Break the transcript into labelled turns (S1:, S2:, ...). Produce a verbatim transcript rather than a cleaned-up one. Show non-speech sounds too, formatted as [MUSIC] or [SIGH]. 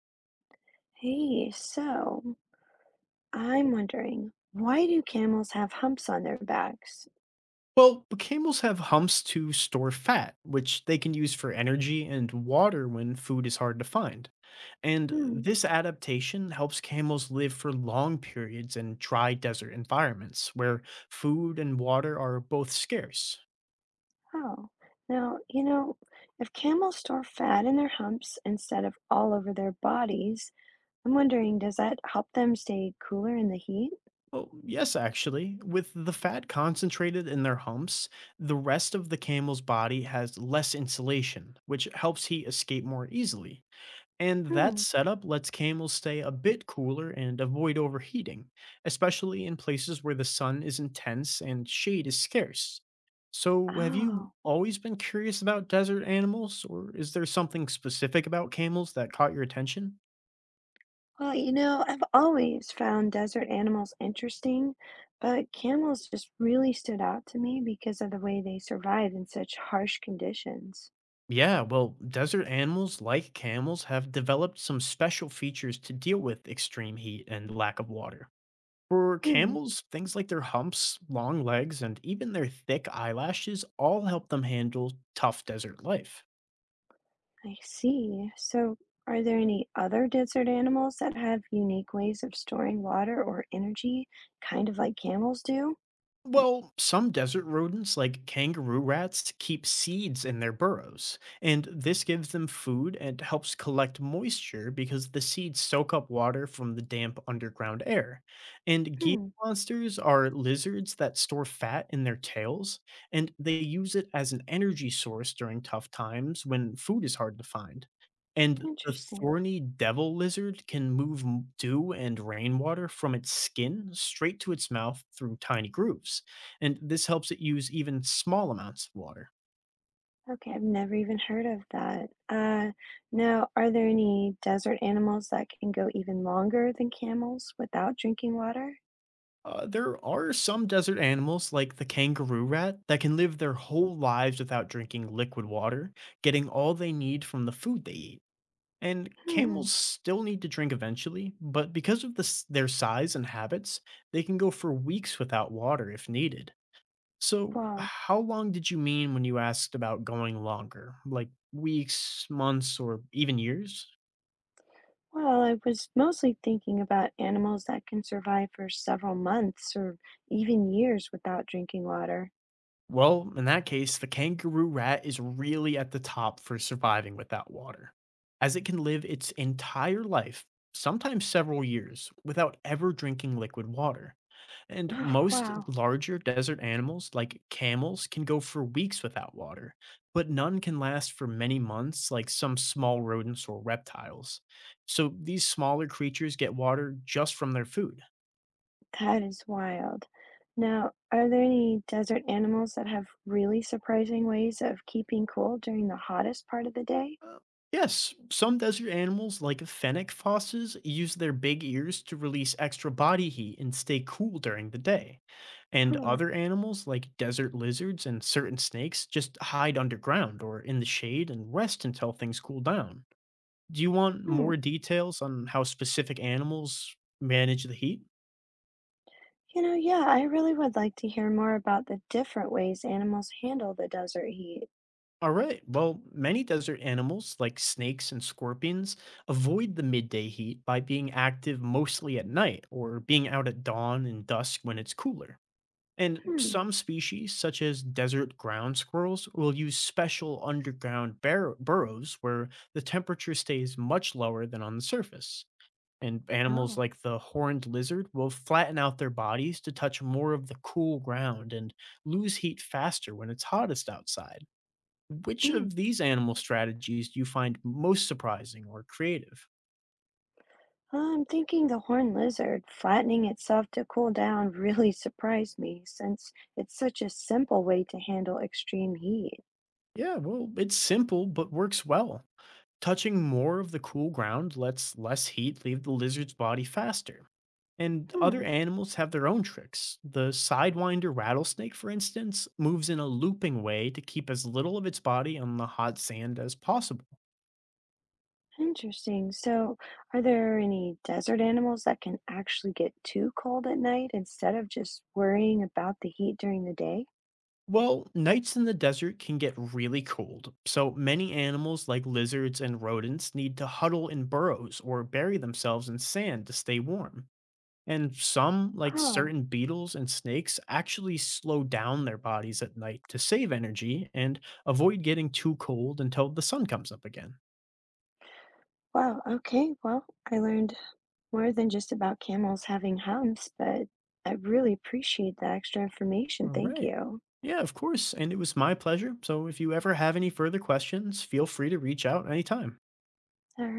S1: Hey, so I'm wondering, why do camels have humps on their backs?
S2: Well, camels have humps to store fat, which they can use for energy and water when food is hard to find. And
S1: Hmm,
S2: this adaptation helps camels live for long periods in dry desert environments where food and water are both scarce.
S1: oh. Now, you know, if camels store fat in their humps instead of all over their bodies, I'm wondering, does that help them stay cooler in the heat?
S2: Well, yes, actually. With the fat concentrated in their humps, the rest of the camel's body has less insulation, which helps heat escape more easily. And that
S1: Hmm,
S2: setup lets camels stay a bit cooler and avoid overheating, especially in places where the sun is intense and shade is scarce. So, have you
S1: oh.
S2: always been curious about desert animals, or is there something specific about camels that caught your attention?
S1: Well, you know, I've always found desert animals interesting, but camels just really stood out to me because of the way they survive in such harsh conditions.
S2: Yeah, well, desert animals like camels have developed some special features to deal with extreme heat and lack of water. For
S1: Hmm.
S2: camels, things like their humps, long legs, and even their thick eyelashes all help them handle tough desert life.
S1: I see. So, are there any other desert animals that have unique ways of storing water or energy, kind of like camels do?
S2: Well, some desert rodents, like kangaroo rats, keep seeds in their burrows, and this gives them food and helps collect moisture because the seeds soak up water from the damp underground air. And Gila
S1: Hmm,
S2: monsters are lizards that store fat in their tails, and they use it as an energy source during tough times when food is hard to find. And the
S1: interesting.
S2: thorny devil lizard can move m- dew and rainwater from its skin straight to its mouth through tiny grooves, and this helps it use even small amounts of water.
S1: Okay, I've never even heard of that. Uh, now, are there any desert animals that can go even longer than camels without drinking water?
S2: Uh, there are some desert animals, like the kangaroo rat, that can live their whole lives without drinking liquid water, getting all they need from the food they eat. And camels
S1: Hmm,
S2: still need to drink eventually, but because of this, their size and habits, they can go for weeks without water if needed. So,
S1: wow.
S2: how long did you mean when you asked about going longer? Like weeks, months, or even years?
S1: Well, I was mostly thinking about animals that can survive for several months or even years without drinking water.
S2: Well, in that case, the kangaroo rat is really at the top for surviving without water, as it can live its entire life, sometimes several years, without ever drinking liquid water. And
S1: [SIGHS]
S2: most
S1: Wow.
S2: larger desert animals, like camels, can go for weeks without water, but none can last for many months, like some small rodents or reptiles. So these smaller creatures get water just from their food.
S1: That is wild. Now, are there any desert animals that have really surprising ways of keeping cool during the hottest part of the day?
S2: Uh, Yes, some desert animals, like fennec fosses, use their big ears to release extra body heat and stay cool during the day. And
S1: Huh.
S2: other animals, like desert lizards and certain snakes, just hide underground or in the shade and rest until things cool down. Do you want
S1: Hmm.
S2: more details on how specific animals manage the heat?
S1: You know, yeah, I really would like to hear more about the different ways animals handle the desert heat.
S2: All right. Well, many desert animals, like snakes and scorpions, avoid the midday heat by being active mostly at night or being out at dawn and dusk when it's cooler. And
S1: Hmm.
S2: some species, such as desert ground squirrels, will use special underground bur- burrows where the temperature stays much lower than on the surface. And animals
S1: Oh.
S2: like the horned lizard will flatten out their bodies to touch more of the cool ground and lose heat faster when it's hottest outside. Which
S1: Hmm.
S2: of these animal strategies do you find most surprising or creative?
S1: Well, I'm thinking the horned lizard flattening itself to cool down [LAUGHS] really surprised me since it's such a simple way to handle extreme heat.
S2: Yeah, well, it's simple but works well. Touching more of the cool ground lets less heat leave the lizard's body faster. And other
S1: Hmm.
S2: animals have their own tricks. The sidewinder rattlesnake, for instance, moves in a looping way to keep as little of its body on the hot sand as possible.
S1: Interesting. So, are there any desert animals that can actually get too cold at night instead of just worrying about the heat during the day?
S2: Well, nights in the desert can get really cold, so many animals like lizards and rodents need to huddle in burrows or bury themselves in sand to stay warm. And some, like
S1: Ah,
S2: certain beetles and snakes, actually slow down their bodies at night to save energy and avoid getting too cold until the sun comes up again.
S1: wow. Okay. Well, I learned more than just about camels having humps, but I really appreciate the extra
S2: All
S1: information. Thank
S2: right.
S1: you.
S2: Yeah, of course. And it was my pleasure. So if you ever have any further questions, feel free to reach out anytime.
S1: All